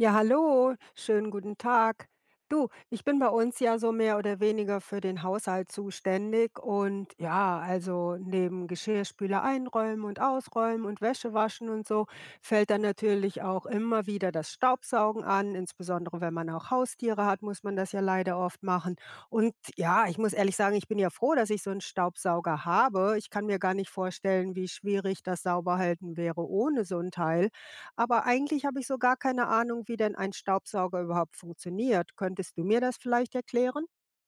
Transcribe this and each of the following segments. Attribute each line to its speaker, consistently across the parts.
Speaker 1: Ja, hallo, schönen guten Tag. Du, ich bin bei uns ja so mehr oder weniger für den Haushalt zuständig und ja, also neben Geschirrspüler einräumen und ausräumen und Wäsche waschen und so fällt dann natürlich auch immer wieder das Staubsaugen an. Insbesondere wenn man auch Haustiere hat, muss man das ja leider oft machen. Und ja, ich muss ehrlich sagen, ich bin ja froh, dass ich so einen Staubsauger habe. Ich kann mir gar nicht vorstellen, wie schwierig das Sauberhalten wäre ohne so ein Teil. Aber eigentlich habe ich so gar keine Ahnung, wie denn ein Staubsauger überhaupt funktioniert. Könntest du mir das vielleicht erklären?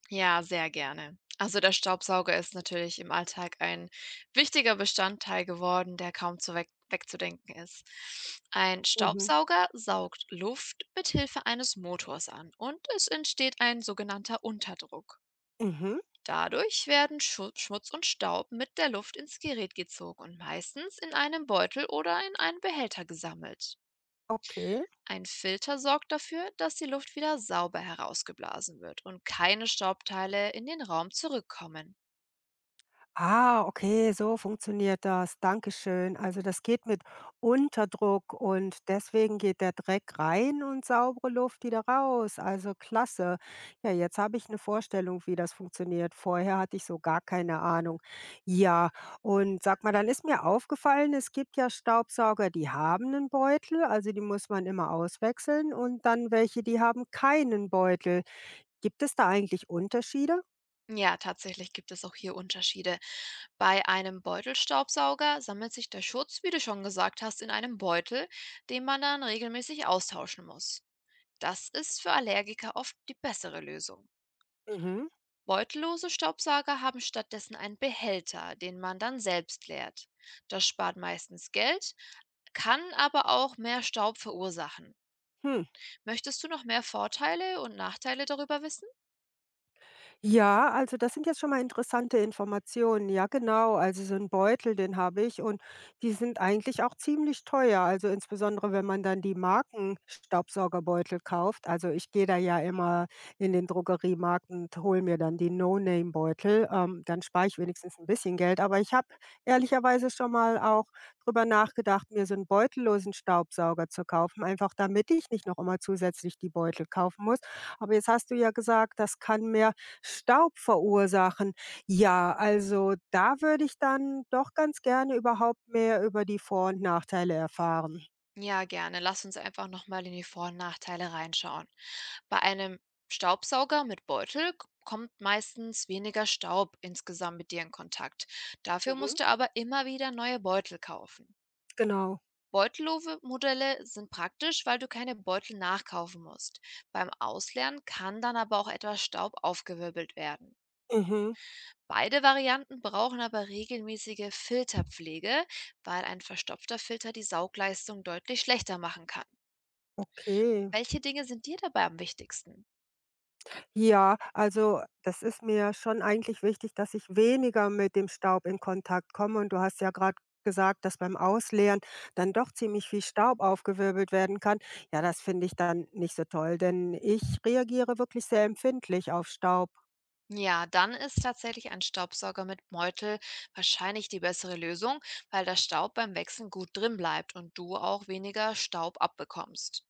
Speaker 2: Ja, sehr gerne. Also der Staubsauger ist natürlich im Alltag ein wichtiger Bestandteil geworden, der kaum zu weg wegzudenken ist. Ein
Speaker 1: Mhm.
Speaker 2: Staubsauger saugt Luft mit Hilfe eines Motors an und es entsteht ein sogenannter Unterdruck.
Speaker 1: Mhm.
Speaker 2: Dadurch werden Schu Schmutz und Staub mit der Luft ins Gerät gezogen und meistens in einem Beutel oder in einen Behälter gesammelt.
Speaker 1: Okay.
Speaker 2: Ein Filter sorgt dafür, dass die Luft wieder sauber herausgeblasen wird und keine Staubteile in den Raum zurückkommen.
Speaker 1: Ah, okay, so funktioniert das. Dankeschön. Also das geht mit Unterdruck und deswegen geht der Dreck rein und saubere Luft wieder raus. Also klasse. Ja, jetzt habe ich eine Vorstellung, wie das funktioniert. Vorher hatte ich so gar keine Ahnung. Ja, und sag mal, dann ist mir aufgefallen, es gibt ja Staubsauger, die haben einen Beutel, also die muss man immer auswechseln und dann welche, die haben keinen Beutel. Gibt es da eigentlich Unterschiede?
Speaker 2: Ja, tatsächlich gibt es auch hier Unterschiede. Bei einem Beutelstaubsauger sammelt sich der Schutz, wie du schon gesagt hast, in einem Beutel, den man dann regelmäßig austauschen muss. Das ist für Allergiker oft die bessere Lösung.
Speaker 1: Mhm.
Speaker 2: Beutellose Staubsauger haben stattdessen einen Behälter, den man dann selbst leert. Das spart meistens Geld, kann aber auch mehr Staub verursachen.
Speaker 1: Hm.
Speaker 2: Möchtest du noch mehr Vorteile und Nachteile darüber wissen?
Speaker 1: Ja, also das sind jetzt schon mal interessante Informationen. Ja, genau. Also so ein Beutel, den habe ich und die sind eigentlich auch ziemlich teuer. Also insbesondere, wenn man dann die Markenstaubsaugerbeutel kauft. Also ich gehe da ja immer in den Drogeriemarkt und hole mir dann die No-Name-Beutel. Dann spare ich wenigstens ein bisschen Geld. Aber ich habe ehrlicherweise schon mal auch drüber nachgedacht, mir so 'n beutellosen Staubsauger zu kaufen, einfach damit ich nicht noch immer zusätzlich die Beutel kaufen muss. Aber jetzt hast du ja gesagt, das kann mehr Staub verursachen. Ja, also da würde ich dann doch ganz gerne überhaupt mehr über die Vor und Nachteile erfahren.
Speaker 2: Ja, gerne. Lass uns einfach nochmal in die Vor- und Nachteile reinschauen. Bei einem Staubsauger mit Beutel kommt meistens weniger Staub insgesamt mit dir in Kontakt. Dafür
Speaker 1: Mhm.
Speaker 2: musst du aber immer wieder neue Beutel kaufen.
Speaker 1: Genau.
Speaker 2: Beutellose-Modelle sind praktisch, weil du keine Beutel nachkaufen musst. Beim Ausleeren kann dann aber auch etwas Staub aufgewirbelt werden.
Speaker 1: Mhm.
Speaker 2: Beide Varianten brauchen aber regelmäßige Filterpflege, weil ein verstopfter Filter die Saugleistung deutlich schlechter machen kann.
Speaker 1: Okay.
Speaker 2: Welche Dinge sind dir dabei am wichtigsten?
Speaker 1: Ja, also das ist mir schon eigentlich wichtig, dass ich weniger mit dem Staub in Kontakt komme. Und du hast ja gerade gesagt, dass beim Ausleeren dann doch ziemlich viel Staub aufgewirbelt werden kann. Ja, das finde ich dann nicht so toll, denn ich reagiere wirklich sehr empfindlich auf Staub.
Speaker 2: Ja, dann ist tatsächlich ein Staubsauger mit Beutel wahrscheinlich die bessere Lösung, weil der Staub beim Wechseln gut drin bleibt und du auch weniger Staub abbekommst.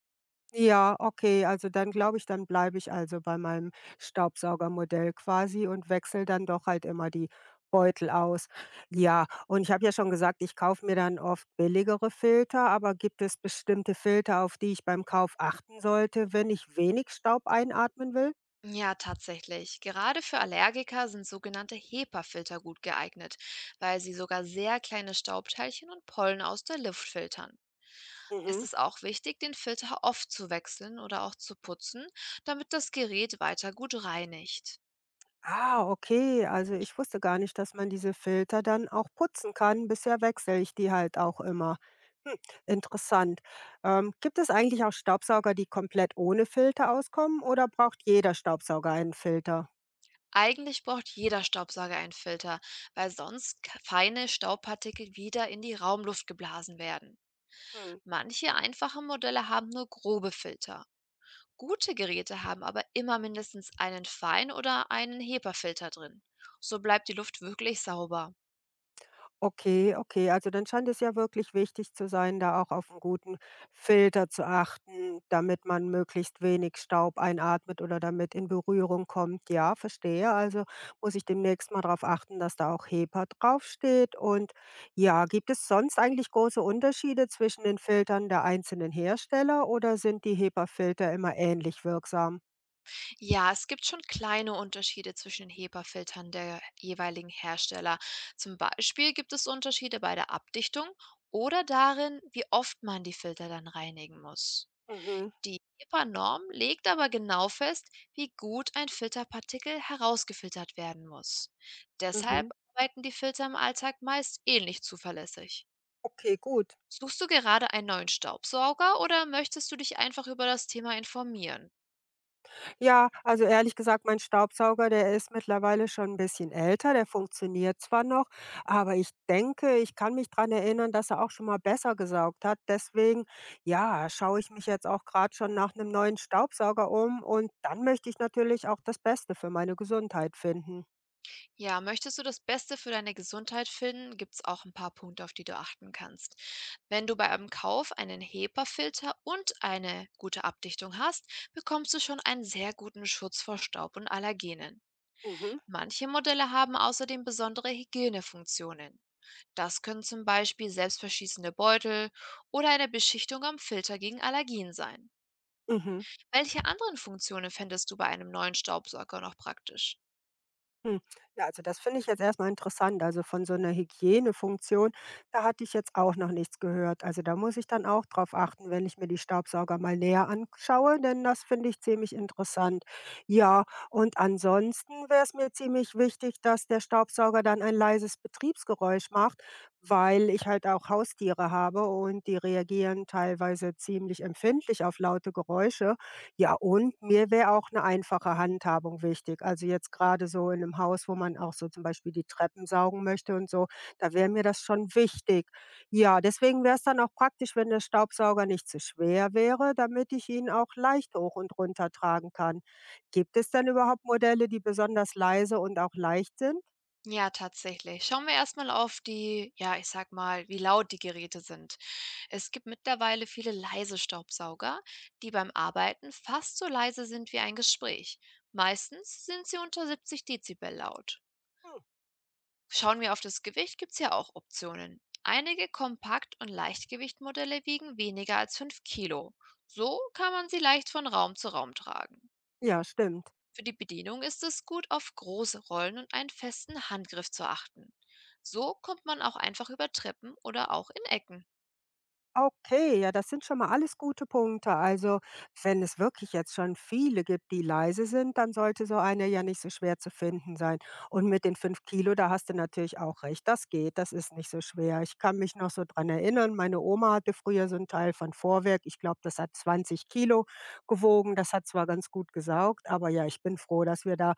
Speaker 1: Ja, okay, also dann glaube ich, dann bleibe ich also bei meinem Staubsaugermodell quasi und wechsle dann doch halt immer die Beutel aus. Ja, und ich habe ja schon gesagt, ich kaufe mir dann oft billigere Filter, aber gibt es bestimmte Filter, auf die ich beim Kauf achten sollte, wenn ich wenig Staub einatmen will?
Speaker 2: Ja, tatsächlich. Gerade für Allergiker sind sogenannte HEPA-Filter gut geeignet, weil sie sogar sehr kleine Staubteilchen und Pollen aus der Luft filtern. Es
Speaker 1: Mhm.
Speaker 2: ist auch wichtig, den Filter oft zu wechseln oder auch zu putzen, damit das Gerät weiter gut reinigt.
Speaker 1: Ah, okay. Also ich wusste gar nicht, dass man diese Filter dann auch putzen kann. Bisher wechsle ich die halt auch immer. Hm, interessant. Gibt es eigentlich auch Staubsauger, die komplett ohne Filter auskommen oder braucht jeder Staubsauger einen Filter?
Speaker 2: Eigentlich braucht jeder Staubsauger einen Filter, weil sonst feine Staubpartikel wieder in die Raumluft geblasen werden.
Speaker 1: Hm.
Speaker 2: Manche einfache Modelle haben nur grobe Filter. Gute Geräte haben aber immer mindestens einen Fein- oder einen HEPA-Filter drin. So bleibt die Luft wirklich sauber.
Speaker 1: Okay, okay, also dann scheint es ja wirklich wichtig zu sein, da auch auf einen guten Filter zu achten, damit man möglichst wenig Staub einatmet oder damit in Berührung kommt. Ja, verstehe. Also, muss ich demnächst mal darauf achten, dass da auch HEPA draufsteht. Und ja, gibt es sonst eigentlich große Unterschiede zwischen den Filtern der einzelnen Hersteller oder sind die HEPA-Filter immer ähnlich wirksam?
Speaker 2: Ja, es gibt schon kleine Unterschiede zwischen den HEPA-Filtern der jeweiligen Hersteller. Zum Beispiel gibt es Unterschiede bei der Abdichtung oder darin, wie oft man die Filter dann reinigen muss.
Speaker 1: Mhm,
Speaker 2: Die HEPA-Norm legt aber genau fest, wie gut ein Filterpartikel herausgefiltert werden muss. Deshalb
Speaker 1: mhm.
Speaker 2: arbeiten die Filter im Alltag meist ähnlich zuverlässig.
Speaker 1: Okay, gut.
Speaker 2: Suchst du gerade einen neuen Staubsauger oder möchtest du dich einfach über das Thema informieren?
Speaker 1: Ja, also ehrlich gesagt, mein Staubsauger, der ist mittlerweile schon ein bisschen älter. Der funktioniert zwar noch, aber ich denke, ich kann mich dran erinnern, dass er auch schon mal besser gesaugt hat. Deswegen, ja, schaue ich mich jetzt auch gerade schon nach einem neuen Staubsauger um und dann möchte ich natürlich auch das Beste für meine Gesundheit finden.
Speaker 2: Ja, möchtest du das Beste für deine Gesundheit finden, gibt es auch ein paar Punkte, auf die du achten kannst. Wenn du bei einem Kauf einen HEPA-Filter und eine gute Abdichtung hast, bekommst du schon einen sehr guten Schutz vor Staub und Allergenen.
Speaker 1: Mhm.
Speaker 2: Manche Modelle haben außerdem besondere Hygienefunktionen. Das können zum Beispiel selbstverschließende Beutel oder eine Beschichtung am Filter gegen Allergien sein.
Speaker 1: Mhm.
Speaker 2: Welche anderen Funktionen fändest du bei einem neuen Staubsauger noch praktisch?
Speaker 1: Hm. Ja, also das finde ich jetzt erstmal interessant. Also von so einer Hygienefunktion, da hatte ich jetzt auch noch nichts gehört. Also da muss ich dann auch drauf achten, wenn ich mir die Staubsauger mal näher anschaue, denn das finde ich ziemlich interessant. Ja, und ansonsten wäre es mir ziemlich wichtig, dass der Staubsauger dann ein leises Betriebsgeräusch macht, weil ich halt auch Haustiere habe und die reagieren teilweise ziemlich empfindlich auf laute Geräusche. Ja, und mir wäre auch eine einfache Handhabung wichtig. Also, jetzt gerade so in 'nem Haus, wo man auch so zum Beispiel die Treppen saugen möchte und so, da wäre mir das schon wichtig. Ja, deswegen wäre es dann auch praktisch, wenn der Staubsauger nicht zu schwer wäre, damit ich ihn auch leicht hoch und runter tragen kann. Gibt es denn überhaupt Modelle, die besonders leise und auch leicht sind?
Speaker 2: Ja, tatsächlich. Schauen wir erstmal auf die, ja, ich sag mal, wie laut die Geräte sind. Es gibt mittlerweile viele leise Staubsauger, die beim Arbeiten fast so leise sind wie ein Gespräch. Meistens sind sie unter 70 Dezibel laut. Schauen wir auf das Gewicht, gibt es ja auch Optionen. Einige Kompakt- und Leichtgewichtmodelle wiegen weniger als 5 Kilo. So kann man sie leicht von Raum zu Raum tragen.
Speaker 1: Ja, stimmt.
Speaker 2: Für die Bedienung ist es gut, auf große Rollen und einen festen Handgriff zu achten. So kommt man auch einfach über Treppen oder auch in Ecken.
Speaker 1: Okay, ja, das sind schon mal alles gute Punkte. Also, wenn es wirklich jetzt schon viele gibt, die leise sind, dann sollte so eine ja nicht so schwer zu finden sein. Und mit den 5 Kilo, da hast du natürlich auch recht. Das geht, das ist nicht so schwer. Ich kann mich noch so dran erinnern, meine Oma hatte früher so einen Teil von Vorwerk. Ich glaube, das hat 20 Kilo gewogen. Das hat zwar ganz gut gesaugt, aber ja, ich bin froh, dass wir da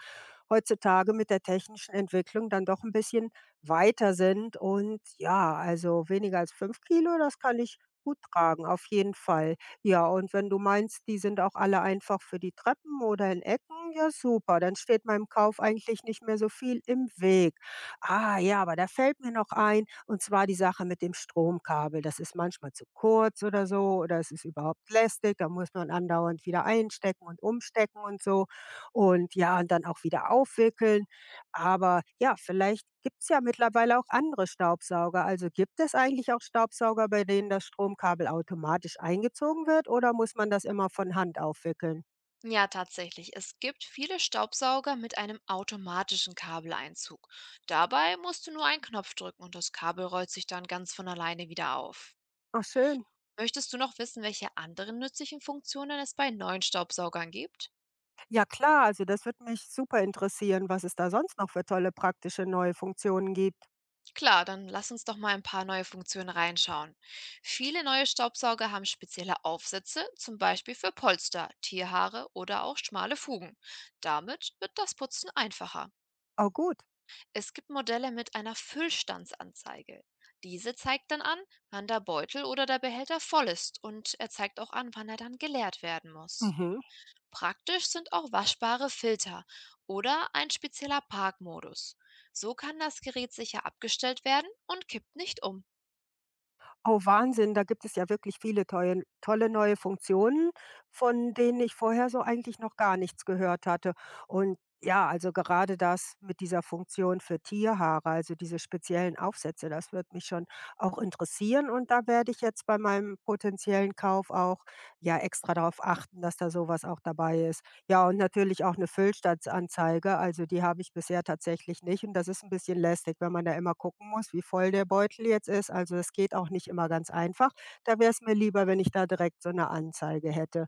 Speaker 1: heutzutage mit der technischen Entwicklung dann doch ein bisschen weiter sind. Und ja, also weniger als 5 Kilo, das kann ich Hut tragen, auf jeden Fall. Ja, und wenn du meinst, die sind auch alle einfach für die Treppen oder in Ecken, ja super, dann steht meinem Kauf eigentlich nicht mehr so viel im Weg. Ah ja, aber da fällt mir noch ein, und zwar die Sache mit dem Stromkabel. Das ist manchmal zu kurz oder so, oder es ist überhaupt lästig, da muss man andauernd wieder einstecken und umstecken und so. Und ja, und dann auch wieder aufwickeln. Aber ja, vielleicht gibt's ja mittlerweile auch andere Staubsauger. Also gibt es eigentlich auch Staubsauger, bei denen das Stromkabel automatisch eingezogen wird oder muss man das immer von Hand aufwickeln?
Speaker 2: Ja, tatsächlich. Es gibt viele Staubsauger mit einem automatischen Kabeleinzug. Dabei musst du nur einen Knopf drücken und das Kabel rollt sich dann ganz von alleine wieder auf.
Speaker 1: Ach schön.
Speaker 2: Möchtest du noch wissen, welche anderen nützlichen Funktionen es bei neuen Staubsaugern gibt?
Speaker 1: Ja klar, also das wird mich super interessieren, was es da sonst noch für tolle praktische neue Funktionen gibt.
Speaker 2: Klar, dann lass uns doch mal ein paar neue Funktionen reinschauen. Viele neue Staubsauger haben spezielle Aufsätze, zum Beispiel für Polster, Tierhaare oder auch schmale Fugen. Damit wird das Putzen einfacher.
Speaker 1: Oh gut.
Speaker 2: Es gibt Modelle mit einer Füllstandsanzeige. Diese zeigt dann an, wann der Beutel oder der Behälter voll ist und er zeigt auch an, wann er dann geleert werden muss.
Speaker 1: Mhm.
Speaker 2: Praktisch sind auch waschbare Filter oder ein spezieller Parkmodus. So kann das Gerät sicher abgestellt werden und kippt nicht um.
Speaker 1: Oh, Wahnsinn, da gibt es ja wirklich viele tolle tolle neue Funktionen, von denen ich vorher so eigentlich noch gar nichts gehört hatte. Und ja, also gerade das mit dieser Funktion für Tierhaare, also diese speziellen Aufsätze, das wird mich schon auch interessieren. Und da werde ich jetzt bei meinem potenziellen Kauf auch ja extra darauf achten, dass da sowas auch dabei ist. Ja, und natürlich auch eine Füllstandsanzeige, also die habe ich bisher tatsächlich nicht und das ist ein bisschen lästig, wenn man da immer gucken muss, wie voll der Beutel jetzt ist. Also, das geht auch nicht immer ganz einfach. Da wäre es mir lieber, wenn ich da direkt so eine Anzeige hätte.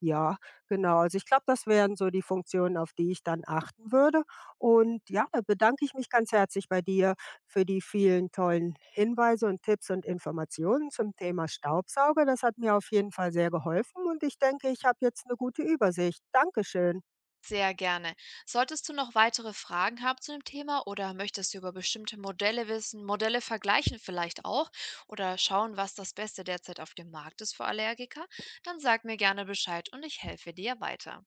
Speaker 1: Ja, genau. Also, ich glaube, das wären so die Funktionen, auf die ich dann achten würde und ja, da bedanke ich mich ganz herzlich bei dir für die vielen tollen Hinweise und Tipps und Informationen zum Thema Staubsauger. Das hat mir auf jeden Fall sehr geholfen und ich denke, ich habe jetzt eine gute Übersicht. Dankeschön.
Speaker 2: Sehr gerne. Solltest du noch weitere Fragen haben zu dem Thema oder möchtest du über bestimmte Modelle wissen, Modelle vergleichen vielleicht auch oder schauen, was das Beste derzeit auf dem Markt ist für Allergiker, dann sag mir gerne Bescheid und ich helfe dir weiter.